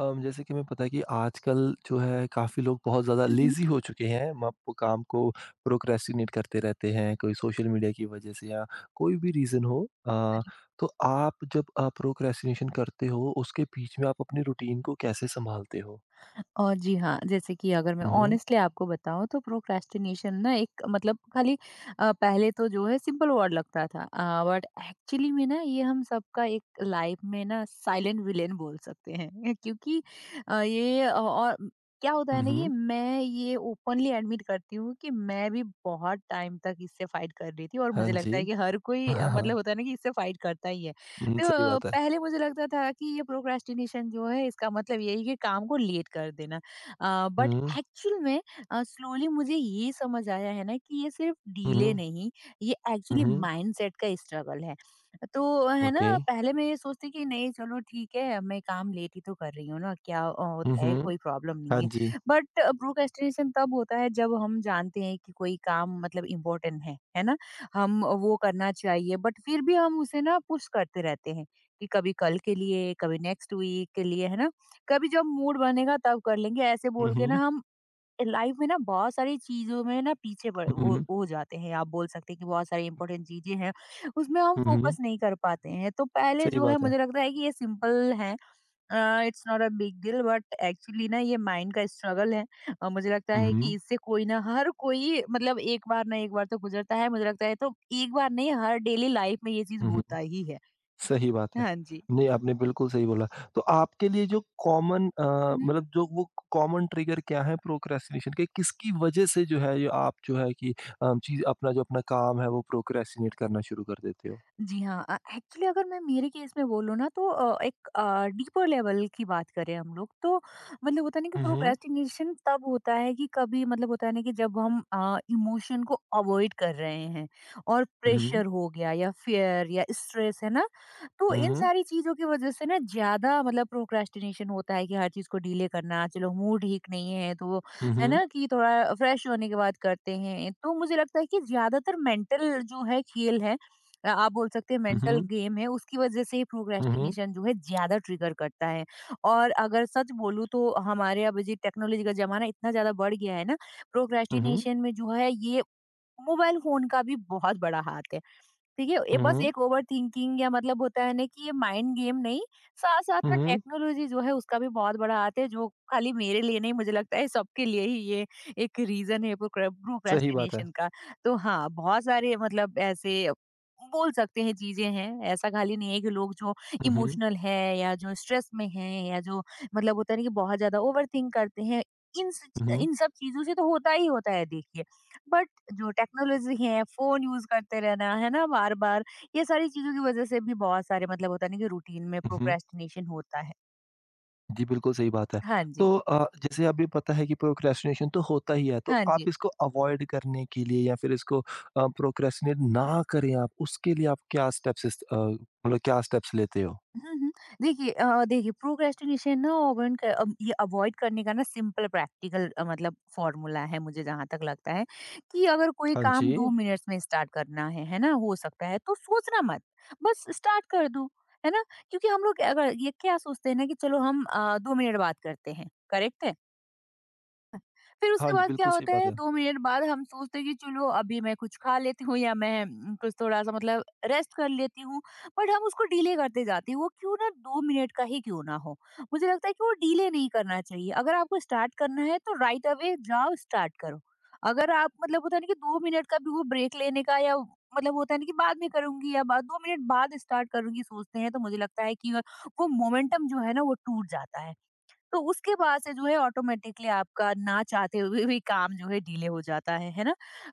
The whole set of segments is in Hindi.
जैसे कि हमें पता है कि आजकल जो है काफ़ी लोग बहुत ज़्यादा हुँ, हुँ। लेज़ी हो चुके हैं। म वो काम को प्रोक्रेस्टिनेट करते रहते हैं, कोई सोशल मीडिया की वज़ह से या कोई भी रीज़न हो। अरे! तो आप जब प्रोक्रेस्टिनेशन करते हो, उसके बीच में आप अपनी रूटीन को कैसे सँभालते हो? और जी हाँ, जैसे कि अगर मैं हुँ, हुँ। ऑनेस्टली आपको बताऊँ तो प्रोक्रेस्टिनेशन ना एक मतलब खाली पहले तो जो है सिंपल वर्ड लगता था, बट एक्चुअली में ना ये हम सबका एक लाइफ में ना साइलेंट विलेन बोल सकते हैं क्योंकि अ, ये औ और क्या होता है हुँ, ना, ये हुँ। मैं ये ओपनली एडमिट करती हूँ कि मैं भी बहुत टाइम तक इससे फाइट कर रही थी और हाँ मुझे जी। लगता है कि हर कोई हाँ, मतलब हाँ। होता है ना कि इससे फाइट करता ही है। हुँ, सही तो बात है। पहले मुझे लगता था कि ये प्रोक्रेस्टिनेशन जो है इसका मतलब यही है कि काम को लेट कर देना, बट हुँ, एक्चुअल में स्लोली मुझे ये समझ आया है ना कि ये सिर्फ हुँ, डीले हुँ। नहीं, ये हुँ, एक्चुअली हुँ। माइंडसेट का स्ट्रगल है। तो है ना, ओके। पहले मैं ये सोचती कि नहीं चलो ठीक है मैं काम लेट ही तो कर रही हूँ ना, क्या हुँ, होता है, हुँ। कोई प्रॉब्लम हाँ नहीं जी। है। बट प्रोक्रेस्टिनेशन तब होता है जब हम जानते हैं कि कोई काम मतलब इम्पोर्टेंट है ना, हम वो करना चाहिए बट फिर भी हम उसे ना पुश करते रहते हैं कि कभी कल के लिए, कभी नेक्स्ट वीक के लिए, है ना, कभी जब मूड बनेगा तब कर लेंगे ऐसे हुँ, बोल के ना हुँ। हम लाइफ में ना बहुत सारी चीजों में ना हुँ, हो हुँ। जाते हैं। आप बोल सकते हैं कि बहुत सारी इंपॉर्टेंट चीजें हैं उसमें हम हुँ, हुँ। फोकस नहीं कर पाते हैं। तो पहले सही जो है बात है। मुझे लगता है कि ये सिंपल है। अ, it's not a big deal, but actually ना ये माइंड का स्ट्रगल है और मुझे लगता हुँ, है कि हुँ। इससे कोई ना हर कोई मतलब एक बार ना एक बार तो गुजरता है, मुझे लगता है। तो एक बार नहीं, हर डेली लाइफ में ये चीज हुँ, होता हुँ। ही है। सही बात है। हाँ जी। नहीं, आपने बिल्कुल सही बोला। तो आपके लिए जो कॉमन हुँ, हुँ। मतलब जो वो कॉमन ट्रिगर क्या है प्रोक्रेस्टिनेशन के? किसकी वजह से जो है ये आप जो है कि चीज़ अपना जो अपना काम है वो प्रोक्रेस्टिनेट करना शुरू कर देते हो? जी हाँ, एक्चुअली अगर मैं मेरे केस में बोलूँ ना तो एक डीपर लेवल की बात करें हम लोग तो मतलब होता है ना कि हुँ, हुँ। प्रोक्रेस्टिनेशन तब होता है कि कभी मतलब होता है ना कि जब हम इमोशन को अवॉइड कर रहे हैं और हुँ, हुँ, प्रेशर हो गया या फियर या स्ट्रेस, है ना, तो इन हुँ, सारी चीज़ों की वजह से ना ज़्यादा मतलब प्रोक्रेस्टिनेशन होता है कि हर चीज़ को डीले करना, चलो मूड ठीक नहीं है तो है हुँ, ना कि थोड़ा फ्रेश होने के बाद करते हैं। तो मुझे लगता है कि ज़्यादातर मेंटल जो है खेल है, आप बोल सकते हैं हुँ, मेंटल हुँ, गेम है, उसकी वज़ह से ही हुँ, प्रोक्रेस्टिनेशन जो है ज़्यादा ट्रिगर करता है। और अगर सच बोलूँ तो हमारे अब जी टेक्नोलॉजी का ज़माना इतना ज़्यादा बढ़ गया है ना, हुँ, प्रोक्रेस्टिनेशन में जो है ये मोबाइल फ़ोन का भी बहुत बड़ा हाथ है। देखिए, ये हुँ, बस हुँ, एक ओवरथिंकिंग या मतलब होता है ना कि ये माइंड गेम नहीं, साथ-साथ में हुँ, टेक्नोलॉज़ी जो है उसका भी बहुत बड़ा हाथ है, जो खाली मेरे लिए नहीं, मुझे लगता है सबके लिए ही ये एक रीज़न है सही बात है। प्रोक्रेस्टिनेशन का। तो हाँ, बहुत सारे मतलब ऐसे बोल सकते हैं चीज़ें हैं, ऐसा खाली नहीं है कि लोग जो हुँ, हुँ, इमोशनल है या जो स्ट्रेस में हैं या जो मतलब होता है ना कि बहुत ज़्यादा ओवरथिंक करते हैं, इन स हुँ, इन सब चीज़ों से तो होता ही होता है देखिए। बट जो टेक्नोलॉजी है, फ़ोन यूज़ करते रहना, है ना, बार-बार, ये सारी चीज़ों की वज़ह से भी बहुत सारे मतलब होता है ना कि रूटीन में हुँ। प्रोक्रेस्टिनेशन होता है। जी, बिल्कुल सही बात है। हाँ जी, तो जैसे अभी पता है कि प्रोक्रेस्टिनेशन तो होता ही है, तो हाँ जी। आप इसको अवॉइड करने के लिए या फिर इसको प्रोक्रेस्टिनेट ना करें आप, उसके लिए आप क्या स्टेप्स इस अ, मतलब क्या स्टेप्स लेते हो? हुँ, हुँ। देखिए देखिए, प्रोक्रेस्टिनेशन ना ये अवॉइड करने का ना सिंपल प्रैक्टिकल मतलब फ़ॉर्मूला है मुझे जहाँ तक लगता है, कि अगर कोई हाँ काम 2 जी। मिनट्स में स्टार्ट करना है ना, हो सकता है तो सोचना मत, बस स्टार्ट कर दो, है ना? क्योंकि हम लोग अगर ये क्या सोचते हैं ना कि चलो हम 2 मिनट बात करते हैं, करेक्ट है? फिर उसके हाँ जी, बाद क्या बिल्कुल सही होता बात है, है। 2 मिनट बाद हम सोचते हैं कि चलो अभी मैं कुछ खा लेती हूँ या मैं कुछ थोड़ा-सा मतलब रेस्ट कर लेती हूँ, बट हम उसको डिले करते जाते हैं, वो क्यों ना 2 मिनट का ही क्यों ना हो। मुझे लगता है कि वो डिले नहीं करना चाहिए, अगर आपको स्टार्ट करना है तो राइट अवे जाओ स्टार्ट करो। अगर आप मतलब होता है ना कि 2 मिनट का भी वो ब्रेक लेने का या मतलब होता है ना कि बाद में करूँगी या बाद 2 मिनट बाद स्टार्ट करूँगी सोचते हैं, तो मुझे लगता है कि वो मोमेंटम जो है ना वो टूट जाता है। तो उसके बाद से जो है ऑटोमेटिकली आपका ना चाहते हुए भी काम जो है डिले हो जाता है ना?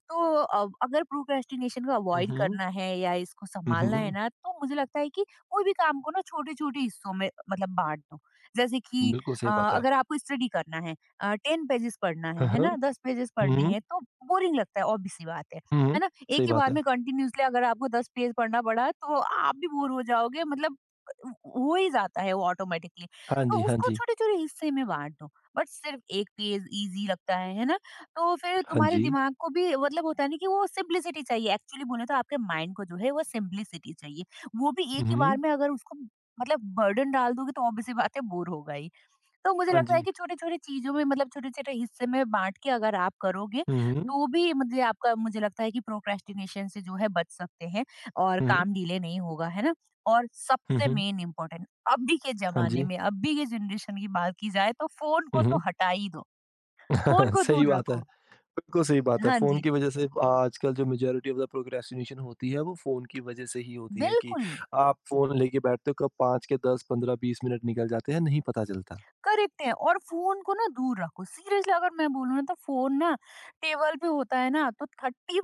तो अब अगर प्रोक्रेस्टिनेशन को हुँ, अवॉइड हुँ। करना है या इसको हुँ, संभालना है हुँ। ना, तो मुझे लगता है कि कोई भी काम को ना छोटे-छोटे हिस्सों में मतलब बाँट दो। जैसे कि बिल्कुल सही बात है। अगर आपको स्टडी करना है, 10 पेजेज़ पढ़ना हाँ, है हाँ। ना? 10 पेजेज़ हुँ, पढ़ने हुँ। हैं तो बोरिंग लगता है, ऑब्वियस सी बात है। हुँ, है हुँ। ना? एक सही ही बात बार है। में कंटीन्यूअसली अगर आपको 10 पेज पढ़ना पड़ा तो आप भी बोर हो जाओगे मतलब अ, हो ही जाता है वो ऑटोमेटिकली। हाँ तो जी, हाँ उसको जी। छोटे-छोटे हिस्से में बाँट दो। बट सिर्फ़ एक पेज ईज़ी लगता है ना? तो फिर हाँ तुम्हारे जी। दिमाग को भी मतलब होता है ना कि वो सिम्प्लिसिटी चाहिए, एक्चुअली बोले तो आपके माइंड को जो है वो सिम्प्लिसिटी चाहिए। वो भी एक हुँ, ही बार हुँ। में अगर उसको मतलब बर्डन डाल दोगे तो ऑब्वियस सी बात है बोर होगा ही। तो मुझे हाँ लगता है जी। कि छोटी-छोटी चीज़ों में मतलब छोटे-छोटे हिस्से में बाँट के अगर आप करोगे, हुँ, हुँ। तो भी मतलब आपका, मुझे लगता है कि प्रोक्रेस्टिनेशन से जो है बच सकते हैं और हुँ, हुँ। काम डिले नहीं होगा, है ना? और हुँ, सबसे हुँ। मेन इम्पोर्टेंट, अभी के हाँ ज़माने जी। में, अभी के जनरेशन की बात की जाए तो फ़ोन को हुँ, तो हुँ। हटा ही दो, फ़ोन को सही दूर बात है। रखो। बिल्कुल सही बात है। हाँ फ़ोन जी, की वज़ह से आजकल जो मेजॉरिटी ऑफ़ द प्रोक्रेस्टिनेशन होती है, वो फ़ोन की वज़ह से ही होती है कि बिल्कुल, आप फ़ोन लेके बैठते हो, कब 5 के 10, 15, 20 मिनट निकल जाते हैं, नहीं पता चलता। करेक्ट है। और फ़ोन को ना दूर रखो। सीरियसली अगर मैं बोलूँ ना तो फ़ोन ना टेबल पे होता है ना तो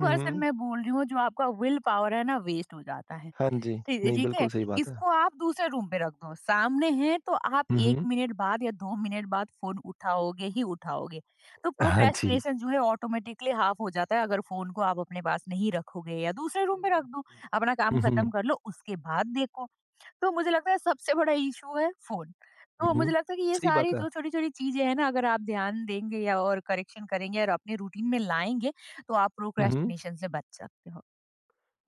हुँ, हुँ। मैं बोल रही हूँ जो आपका विल पावर है ना वेस्ट हो जाता है। हाँ जी। ठी नहीं, ठीक है? बिल्कुल सही बात है। इसको आप दूसरे रूम पे रख दो। सामने है तो आप हुँ, 1 हुँ। मिनट बाद या 2 मिनट बाद फ़ोन उठाओगे ही उठाओगे। तो हाँ जी। प्रोक्रेस्टिनेशन जो है ऑटोमेटिकली हाफ हो जाता है अगर फ़ोन को आप अपने पास नहीं रखोगे या दूसरे रूम पे रख दो। अपना काम हुँ, खत्म हुँ। कर लो उसके बाद देखो। तो मुझे लगता है सबसे बड़ा इश्यू है फ़ोन। हुँ, तो मुझे हुँ। लगता है कि ये सही बात सारी है। जो छोटी-छोटी चीज़ें हैं ना अगर आप ध्यान देंगे या और करेक्शन करेंगे और अपने रूटीन में लाएँगे तो आप हुँ, हुँ। प्रोक्रेस्टिनेशन से बच सकते हो।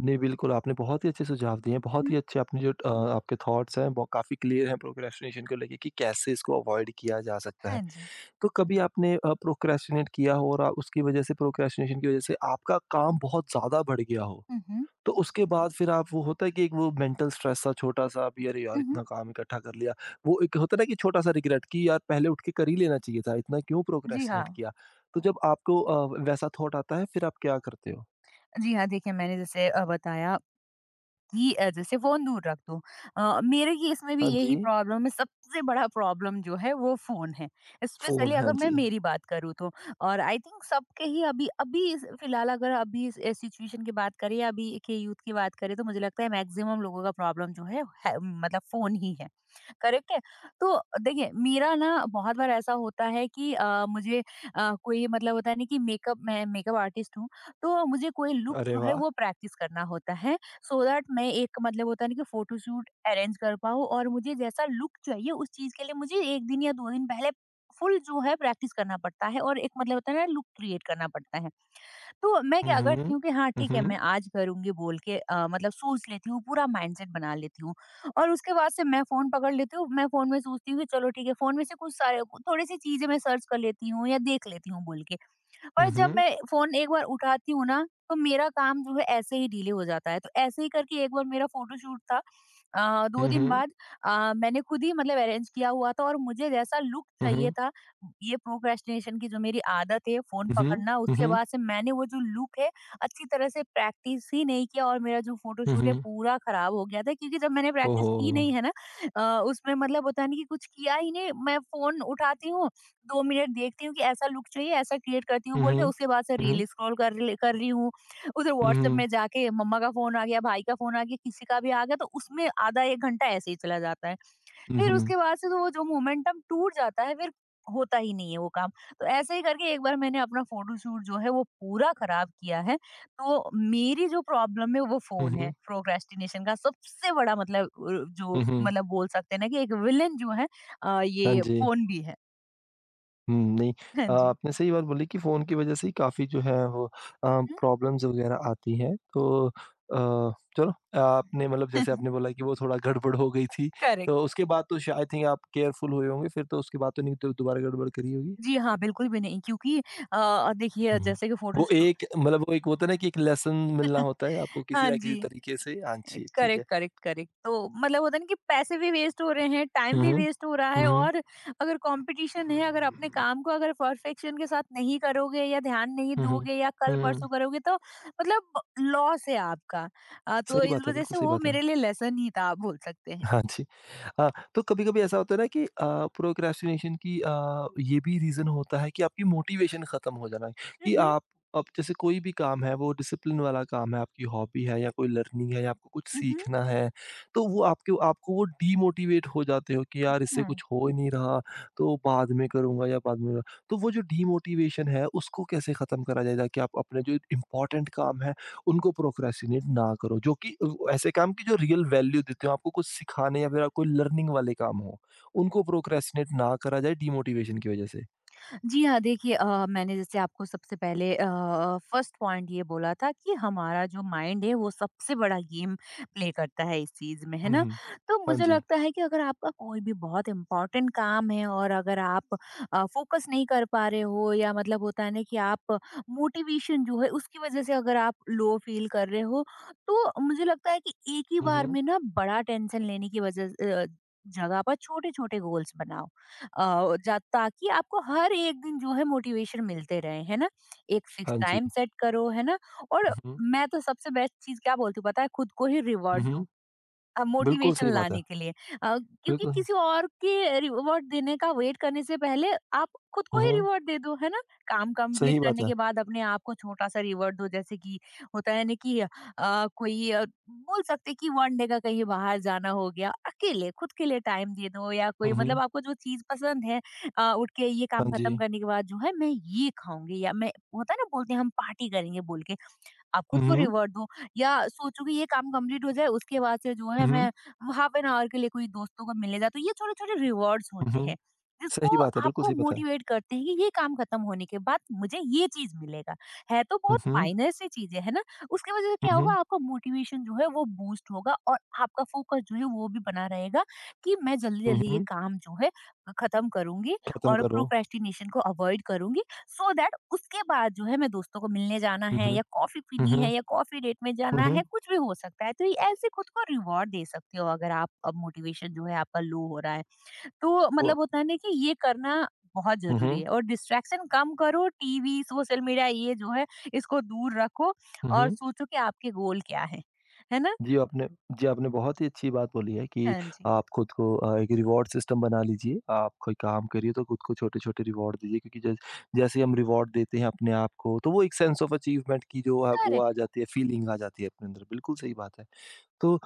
नहीं, बिल्कुल आपने बहुत ही अच्छे सुझाव दिए हैं, हुँ, बहुत ही हुँ। अच्छे आपने जो आपके थॉट्स हैं, वो काफ़ी क्लियर हैं प्रोक्रेस्टिनेशन को लेके कि कैसे इसको अवॉइड किया जा सकता हाँ है। जी। तो कभी आपने प्रोक्रेस्टिनेट किया हो और आ उसकी वजह से प्रोक्रेस्टिनेशन की वजह से आपका काम बहुत ज़्यादा बढ़ गया हो, हुँ, हुँ। तो उसके बाद फिर आप वो होता है कि एक वो मेंटल स्ट्रेस सा छोटा-सा भी अरे यार! हुँ, हुँ। इतना काम इकट्ठा कर लिया। वो एक होता है ना कि छोटा-सा रिग्रेट कि यार पहले उठ के कर ही लेना चाहिए था, इतना क्यों जी हाँ। प्रोक्रेस्टिनेट किया? तो जब आपको वैसा थॉट आता है फिर आप क्या करते हो? जी हाँ, देखिए मैंने जैसे बताया की जैसे फ़ोन दूर रख दूँ। मेरे केस में भी हाँ यही जी, प्रॉब्लम है, सबसे बड़ा प्रॉब्लम जो है वो फ़ोन है। फ़ोन, स्पेशली हाँ अगर मैं जी। मेरी बात करूँ तो और आई थिंक सबके ही अभी अभी इस फिलहाल अगर अभी इस सिचुएशन की बात करें या अभी के यूथ की बात करें तो मुझे लगता है मैक्सिमम लोगों का प्रॉब्लम जो है मतलब फ़ोन ही है। करेक्ट है? तो देखिए मेरा ना बहुत बार ऐसा होता है कि मुझे कोई मतलब होता है ना कि मेकअप मैं मेकअप आर्टिस्ट हूँ, तो मुझे कोई लुक अरे जो है वाह! वो प्रैक्टिस करना होता है, सो दैट मैं एक मतलब होता है ना कि फोटोशूट अरेंज कर पाऊँ, और मुझे जैसा लुक चाहिए उस चीज के लिए मुझे एक दिन या दो दिन पहले फुल जो है प्रैक्टिस करना पड़ता है और एक मतलब होता है ना लुक क्रिएट करना पड़ता है। तो मैं हुँ, क्या करती हुँ। हूँ कि हाँ हुँ, ठीक है हुँ। मैं आज करूँगी बोल के मतलब सोच लेती हूँ, पूरा माइंडसेट बना लेती हूँ और उसके बाद से मैं फ़ोन पकड़ लेती हूँ। मैं फ़ोन में सोचती हूँ कि चलो ठीक है फ़ोन में से कुछ सारे थोड़ी सी चीज़ें मैं सर्च कर लेती हूँ या देख लेती हूँ बोल के, पर हुँ, जब हुँ। मैं फ़ोन एक बार उठाती हूँ ना तो मेरा काम जो है ऐसे ही डिले हो जाता है। तो ऐसे ही करके एक बार मेरा फोटोशूट था 2 हुँ, दिन हुँ। बाद, मैंने खुद ही मतलब अरेंज किया हुआ था और मुझे जैसा लुक हुँ, चाहिए हुँ। था, ये प्रोक्रेस्टिनेशन की जो मेरी आदत है फ़ोन हुँ, हुँ। पकड़ना, हुँ, उसके हुँ। बाद से मैंने वो जो लुक है अच्छी तरह से प्रैक्टिस ही नहीं किया और मेरा जो हुँ, फ़ोटोशूट है हुँ। पूरा ख़राब हो गया था, क्योंकि जब मैंने ओह प्रैक्टिस हो! की नहीं है ना, उसमें मतलब होता नहीं कि कुछ किया ही नहीं। मैं फ़ोन उठाती हूँ, 2 मिनट देखती हूँ कि ऐसा लुक चाहिए, ऐसा क्रिएट करती हूँ हुँ, बोल के हुँ। उसके बाद से हुँ, हुँ। रील स्क्रॉल कर ले कर रही हूँ। उधर हुँ, व्हाट्सएप हुँ। में जाके मम्मा का फ़ोन आ गया, भाई का फ़ोन आ गया, किसी का भी आ गया, तो उसमें आधा 1 घंटा ऐसे ही चला जाता है। हुँ, फिर हुँ। उसके बाद से तो वो जो मोमेंटम टूट जाता है, फिर होता ही नहीं है वो काम। तो ऐसे ही करके एक बार मैंने अपना फ़ोटोशूट जो है वो पूरा ख़राब किया है। तो मेरी जो प्रॉब्लम है वो हुँ, फ़ोन है। हुँ। प्रोक्रेस्टिनेशन का सबसे बड़ा मतलब, जो हुँ, हुँ। मतलब बोल सकते हैं ना कि एक विलेन जो है, हाँ ये जी। फ़ोन भी है। हुँ, नहीं हाँ जी। आपने सही बात बोली कि फ़ोन की वज़ह से ही काफ़ी जो है वो प्रॉब्लम्स वग़ैरह आती हैं। तो चलो आपने मतलब जैसे हुँ। आपने बोला कि वो थोड़ा गड़बड़ हो गई थी, करेक्ट। तो उसके बाद तो शाय आई थिंक आप केयरफुल हुए होंगे फिर तो उसके बाद तो नहीं तो दोबारा गड़बड़ करी होगी? जी हाँ, बिल्कुल भी नहीं, क्योंकि देखिए, हुँ, हुँ। जैसे कि वो फ़ोटोशू एक मतलब वो एक होता है ना कि एक लेसन मिलना होता है आपको किसी हाँ ना किसी जी। तरीके से। हाँ जी, ठीक है। करेक्ट, करेक्ट, करेक्ट, तो मतलब होता है ना कि पैसे भी वेस्ट हो रहे हैं, टाइम हुँ, भी हुँ। वेस्ट हो रहा है, हुँ, हुँ। और अगर कंपटीशन है, अगर अपने काम को अगर परफेक्शन के साथ नहीं करोगे या ध्यान नहीं हुँ, हुँ। दोगे या कल परसों हुँ। करोगे, तो मतलब लॉस है आपका। तो सही इस बात है, वजह से बिल्कुल सही वो बात है। मेरे लिए लेसन ही था, आप बोल सकते हैं। हाँ जी। हाँ, तो कभी-कभी ऐसा होता है ना कि प्रोक्रेस्टिनेशन की ये भी रीज़न होता है कि आपकी मोटिवेशन ख़त्म हो जाना है, कि हम्म, आप अब जैसे कोई भी काम है वो डिसिप्लिन वाला काम है, आपकी हॉबी है या कोई लर्निंग है या आपको कुछ सीखना है, तो वो आपके आपको वो डीमोटिवेट हो जाते हो कि यार इससे हम्म। कुछ हो ही नहीं रहा, तो बाद में करूँगा या बाद में करूंगा। तो वो जो डीमोटिवेशन है उसको कैसे ख़त्म करा जाए ताकि आप अपने जो इम्पोर्टेंट काम है उनको प्रोक्रेस्टिनेट ना करो जो कि ऐसे काम की जो रियल वैल्यू देते हो आपको कुछ सिखाने या फिर कोई लर्निंग वाले काम हो, उनको प्रोक्रेस्टिनेट ना करा जाए डीमोटिवेशन की वज़ह से। जी हाँ, देखिए, मैंने जैसे आपको सबसे पहले फर्स्ट पॉइंट ये बोला था कि हमारा जो माइंड है वो सबसे बड़ा गेम प्ले करता है इस चीज़ में, है हुँ, ना? हुँ। तो हाँ मुझे जी। लगता है कि अगर आपका कोई भी बहुत इम्पोर्टेंट काम है, और अगर आप फ़ोकस नहीं कर पा रहे हो, या मतलब होता है ना कि आप मोटिवेशन जो है उसकी वज़ह से अगर आप लो फ़ील कर रहे हो, तो मुझे लगता है कि एक ही हुँ, बार हुँ। में ना बड़ा टेंशन लेने की वज़ह अ, जगह पर छोटे-छोटे गोल्स बनाओ। जा ताकि आपको हर एक दिन जो है मोटिवेशन मिलते रहे, है ना? एक फिक्स हाँ जी। टाइम सेट करो, है ना? और हुँ, हुँ। मैं तो सबसे बेस्ट चीज़ क्या बोलती हूँ, पता है? खुद को ही हुँ, रिवॉर्ड दो। हुँ। बिल्कुल मोटिवेशन सही बात है। लाने के लिए, अ, क्योंकि बिल्कुल। किसी और के रिवॉर्ड देने का वेट करने से पहले आप खुद को हुँ, ही हुँ। रिवॉर्ड दे दो, है ना? काम कंप्लीट सही बात करने है। के बाद अपने आप को छोटा सा रिवॉर्ड दो, जैसे कि होता है ना कि कोई बोल सकते हैं कि वन डे का कहीं बाहर जाना हो गया, अकेले खुद के लिए टाइम दे दो, या कोई हुँ, मतलब हुँ। आपको जो चीज पसंद है, उठ के ये काम हाँ खत्म जी। करने के बाद जो है मैं ये खाऊंगी या मैं होता है ना, बोलते हैं हम पार्टी करेंगे बोल के, आप हुँ, खुद को हुँ। रिवॉर्ड दो, या सोचो कि ये काम कंप्लीट हो जाए उसके बाद से जो है हुँ, हुँ। मैं हाफ एन आवर के लिए कोई दोस्तों को मिलने जाती हूँ। ये छोटे-छोटे रिवॉर्ड्स हुँ, होते हुँ। हैं जिसको सही बात है, बिल्कुल आपको सही बात है। मोटिवेट करते हैं कि ये काम खत्म होने के बाद मुझे ये चीज मिलेगा। है तो हुँ, बहुत हुँ। माइनर सी चीजें, है ना? उसकी वजह से हुँ, क्या होगा, हुँ। आपका मोटिवेशन जो है वो बूस्ट होगा, और आपका फोकस जो है वो भी बना रहेगा कि मैं हुँ, जल्दी-जल्दी ये हुँ। काम जो है खत्म करूँगी खत्म और करो। प्रोक्रेस्टिनेशन को अवॉइड करूँगी। सो दैट उसके बाद जो है, मैं दोस्तों को मिलने जाना हुँ, है हुँ। या कॉफी हुँ, पीनी है हुँ। या कॉफी डेट में हुँ, जाना है, हुँ। कुछ भी हो सकता है। तो ये ऐसे खुद को रिवॉर्ड दे सकते हो अगर आप अब मोटिवेशन जो है आपका लो हो रहा है, तो मतलब वो होता है ना कि ये करना बहुत हुँ, जरूरी हुँ। है। और डिस्ट्रैक्शन कम करो, टीवी, सोशल मीडिया, ये जो है इसको दूर रखो, हुँ, और हुँ। सोचो कि आपके गोल क्या है ना? जी, आपने जी, आपने बहुत ही अच्छी बात बोली है कि हाँ जी। आप खुद को एक रिवॉर्ड सिस्टम बना लीजिए। आप कोई काम करिए तो खुद को छोटे-छोटे रिवॉर्ड दीजिए क्योंकि जैसे ही हम रिवॉर्ड देते हैं अपने आप को, तो वो एक सेंस ऑफ अचीवमेंट की जो है वो आ करेक्ट। जाती है, फीलिंग आ जाती है अपने अंदर। बिल्कुल सही बात है। तो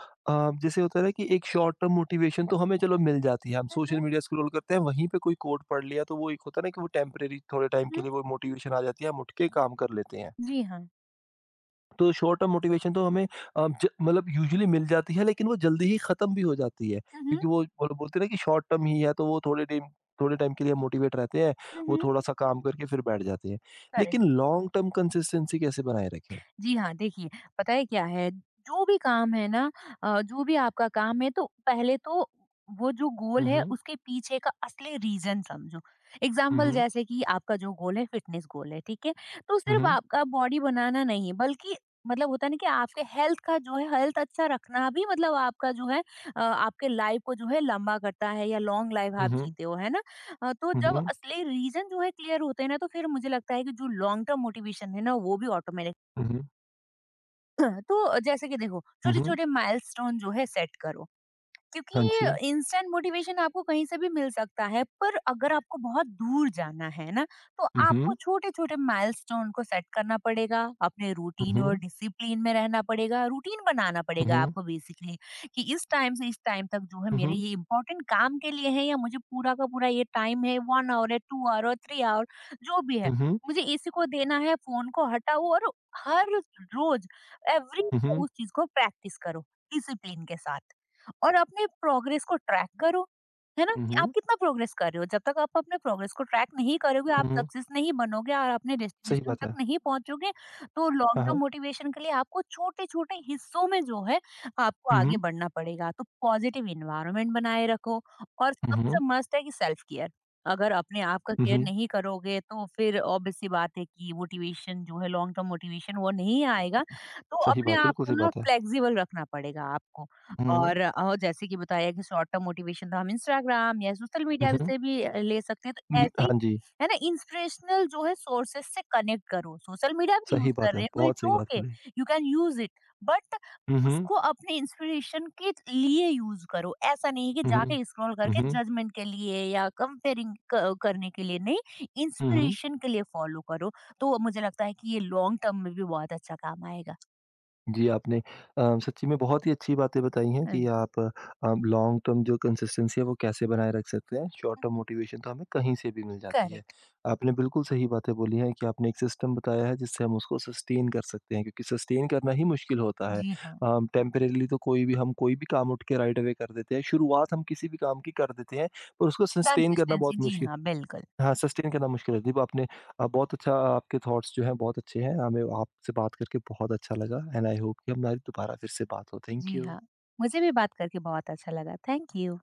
जैसे होता है ना कि एक शॉर्ट टर्म मोटिवेशन तो हमें चलो मिल जाती है, हम हम्म, सोशल मीडिया स्क्रॉल करते हैं, वहीं पे कोई कोट पढ़ लिया तो वो एक होता है ना कि वो टेम्परेरी थोड़े टाइम हम्म, के हम्म। लिए वो मोटिवेशन आ जाती है, हम उठ के काम कर लेते हैं। जी हाँ। तो शॉर्ट टर्म मोटिवेशन तो हमें अ, ज मतलब यूजुअली मिल जाती है लेकिन वो जल्दी ही खत्म भी हो जाती है हम्म, क्योंकि वो बोलते हैं ना कि शॉर्ट टर्म ही है तो वो थोड़े टाइम के लिए मोटिवेट रहते हैं, हम्म, वो हम्म। थोड़ा सा काम करके फिर बैठ जाते हैं। करेक्ट। लेकिन लॉन्ग टर्म कंसिस्टेंसी कैसे बनाए रखें? जी हाँ, देखिए, पता है क्या है, जो भी काम है ना, जो भी आपका काम है, तो पहले तो वो जो गोल हुँ, है हुँ। उसके पीछे का असली रीज़न समझो। हुँ, एग्ज़ाम्पल हुँ। जैसे कि आपका जो गोल है फिटनेस गोल है, ठीक है? तो हुँ, सिर्फ़ हुँ। आपका बॉडी बनाना नहीं, बल्कि मतलब होता है ना कि आपके हेल्थ का जो है हेल्थ अच्छा रखना भी, मतलब आपका जो है आपके लाइफ़ को जो है लंबा करता है, या लॉन्ग लाइफ़ हुँ, आप हुँ। जीते हो, है ना? तो हुँ, जब हुँ। असली रीज़न जो है क्लियर होते हैं ना, तो फिर मुझे लगता है कि जो लॉन्ग टर्म मोटिवेशन है ना, वो भी ऑटोमेटिक। हुँ, हुँ। तो जैसे कि देखो, हुँ, हुँ। छोटे-छोटे माइलस्टोन जो है सेट करो, हाँ जी। क्योंकि इंस्टेंट मोटिवेशन आपको कहीं से भी मिल सकता है, पर अगर आपको बहुत दूर जाना है ना, तो हुँ, आपको हुँ। छोटे-छोटे माइलस्टोन को सेट करना पड़ेगा, अपने हुँ, रूटीन और हुँ। डिसिप्लिन में रहना पड़ेगा, रूटीन बनाना हुँ, पड़ेगा हुँ। आपको बेसिकली, कि इस टाइम से इस टाइम तक जो है हुँ, मेरे हुँ। ये इंपॉर्टेंट काम के लिए है, या मुझे पूरा का पूरा ये टाइम है, वन आवर है, टू आवर और थ्री आवर, जो भी है, हुँ, हुँ। मुझे इसी को देना है। फोन को हटाओ, और हर रोज, एवरी, हुँ, हुँ। उस चीज को प्रैक्टिस करो डिसिप्लिन के साथ, और अपने प्रोग्रेस को ट्रैक करो, है ना? हुँ, कि आप हुँ। कितना प्रोग्रेस कर रहे हो? जब तक आप अपने प्रोग्रेस को ट्रैक नहीं करोगे, आप हुँ, हुँ। सक्सेस नहीं बनोगे और अपने सही डेस्टिनेशन बात तक है। नहीं पहुँचोगे। तो लॉन्ग हाँ, टर्म हाँ। मोटिवेशन के लिए आपको छोटे-छोटे हिस्सों में जो है, आपको हुँ, आगे हुँ। बढ़ना पड़ेगा। तो पॉजिटिव एनवायरनमेंट बनाए रखो, और हुँ, हुँ। सबसे मस्ट है कि सेल्फ केयर। अगर अपने आप का हुँ, केयर हुँ। नहीं करोगे, तो फिर ऑब्वियस सी बात है कि मोटिवेशन जो है, लॉन्ग टर्म मोटिवेशन, वो नहीं आएगा। तो सही अपने बात, आप बिल्कुल को सही ना बात है। फ्लेक्सिबल रखना पड़ेगा आपको। हुँ, हुँ। और जैसे कि बताया कि शॉर्ट टर्म मोटिवेशन तो हम इंस्टाग्राम या सोशल हुँ, मीडिया हुँ। से भी ले सकते हैं, तो हुँ, ऐसी, हाँ जी, है ना, इंस्पिरेशनल जो है सोर्सेस से कनेक्ट करो। सोशल मीडिया भी यूज सही कर बात है, रहे हो, बहुत इट्स सही बात ओके, बोली। You can use it, but हुँ, हुँ। उसको अपने इंस्पिरेशन के लिए यूज करो। ऐसा नहीं है कि हुँ, हुँ। जाके स्क्रॉल हुँ, करके हुँ। जजमेंट के लिए या कंपेयरिंग करने के लिए, नहीं, हुँ, हुँ। इंस्पिरेशन के लिए फॉलो करो। तो मुझे लगता है कि ये लॉन्ग टर्म में भी बहुत अच्छा काम आएगा। जी, आपने सच्ची में बहुत ही अच्छी बातें बताई हैं हाँ कि जी। आप लॉन्ग टर्म जो कंसिस्टेंसी है वो कैसे बनाए रख सकते हैं, शॉर्ट टर्म मोटिवेशन तो हमें कहीं से भी मिल जाती है। करेक्ट। आपने बिल्कुल सही बातें बोली हैं कि आपने एक सिस्टम बताया है जिससे हम उसको सस्टेन कर सकते हैं क्योंकि सस्टेन करना ही मुश्किल होता है। जी हाँ। टेम्परेरीली तो कोई भी हम कोई भी काम उठ के राइट अवे कर देते हैं, शुरुआत हम किसी भी काम की कर देते हैं, पर उसको सस्टेन करना कंसिस्टेंसी, बहुत जी मुश्किल हाँ, बिल्कुल। हाँ, सस्टेन करना मुश्किल है। देखो आपने बहुत अच्छा आपके थॉट्स जो हैं बहुत अच्छे हैं। हमें आपसे बात करके बहुत अच्छा लगा एंड आई होप कि हमारी दोबारा फिर से बात हो। थैंक जी यू। हाँ, मुझे भी बात करके बहुत अच्छा लगा। Thank you.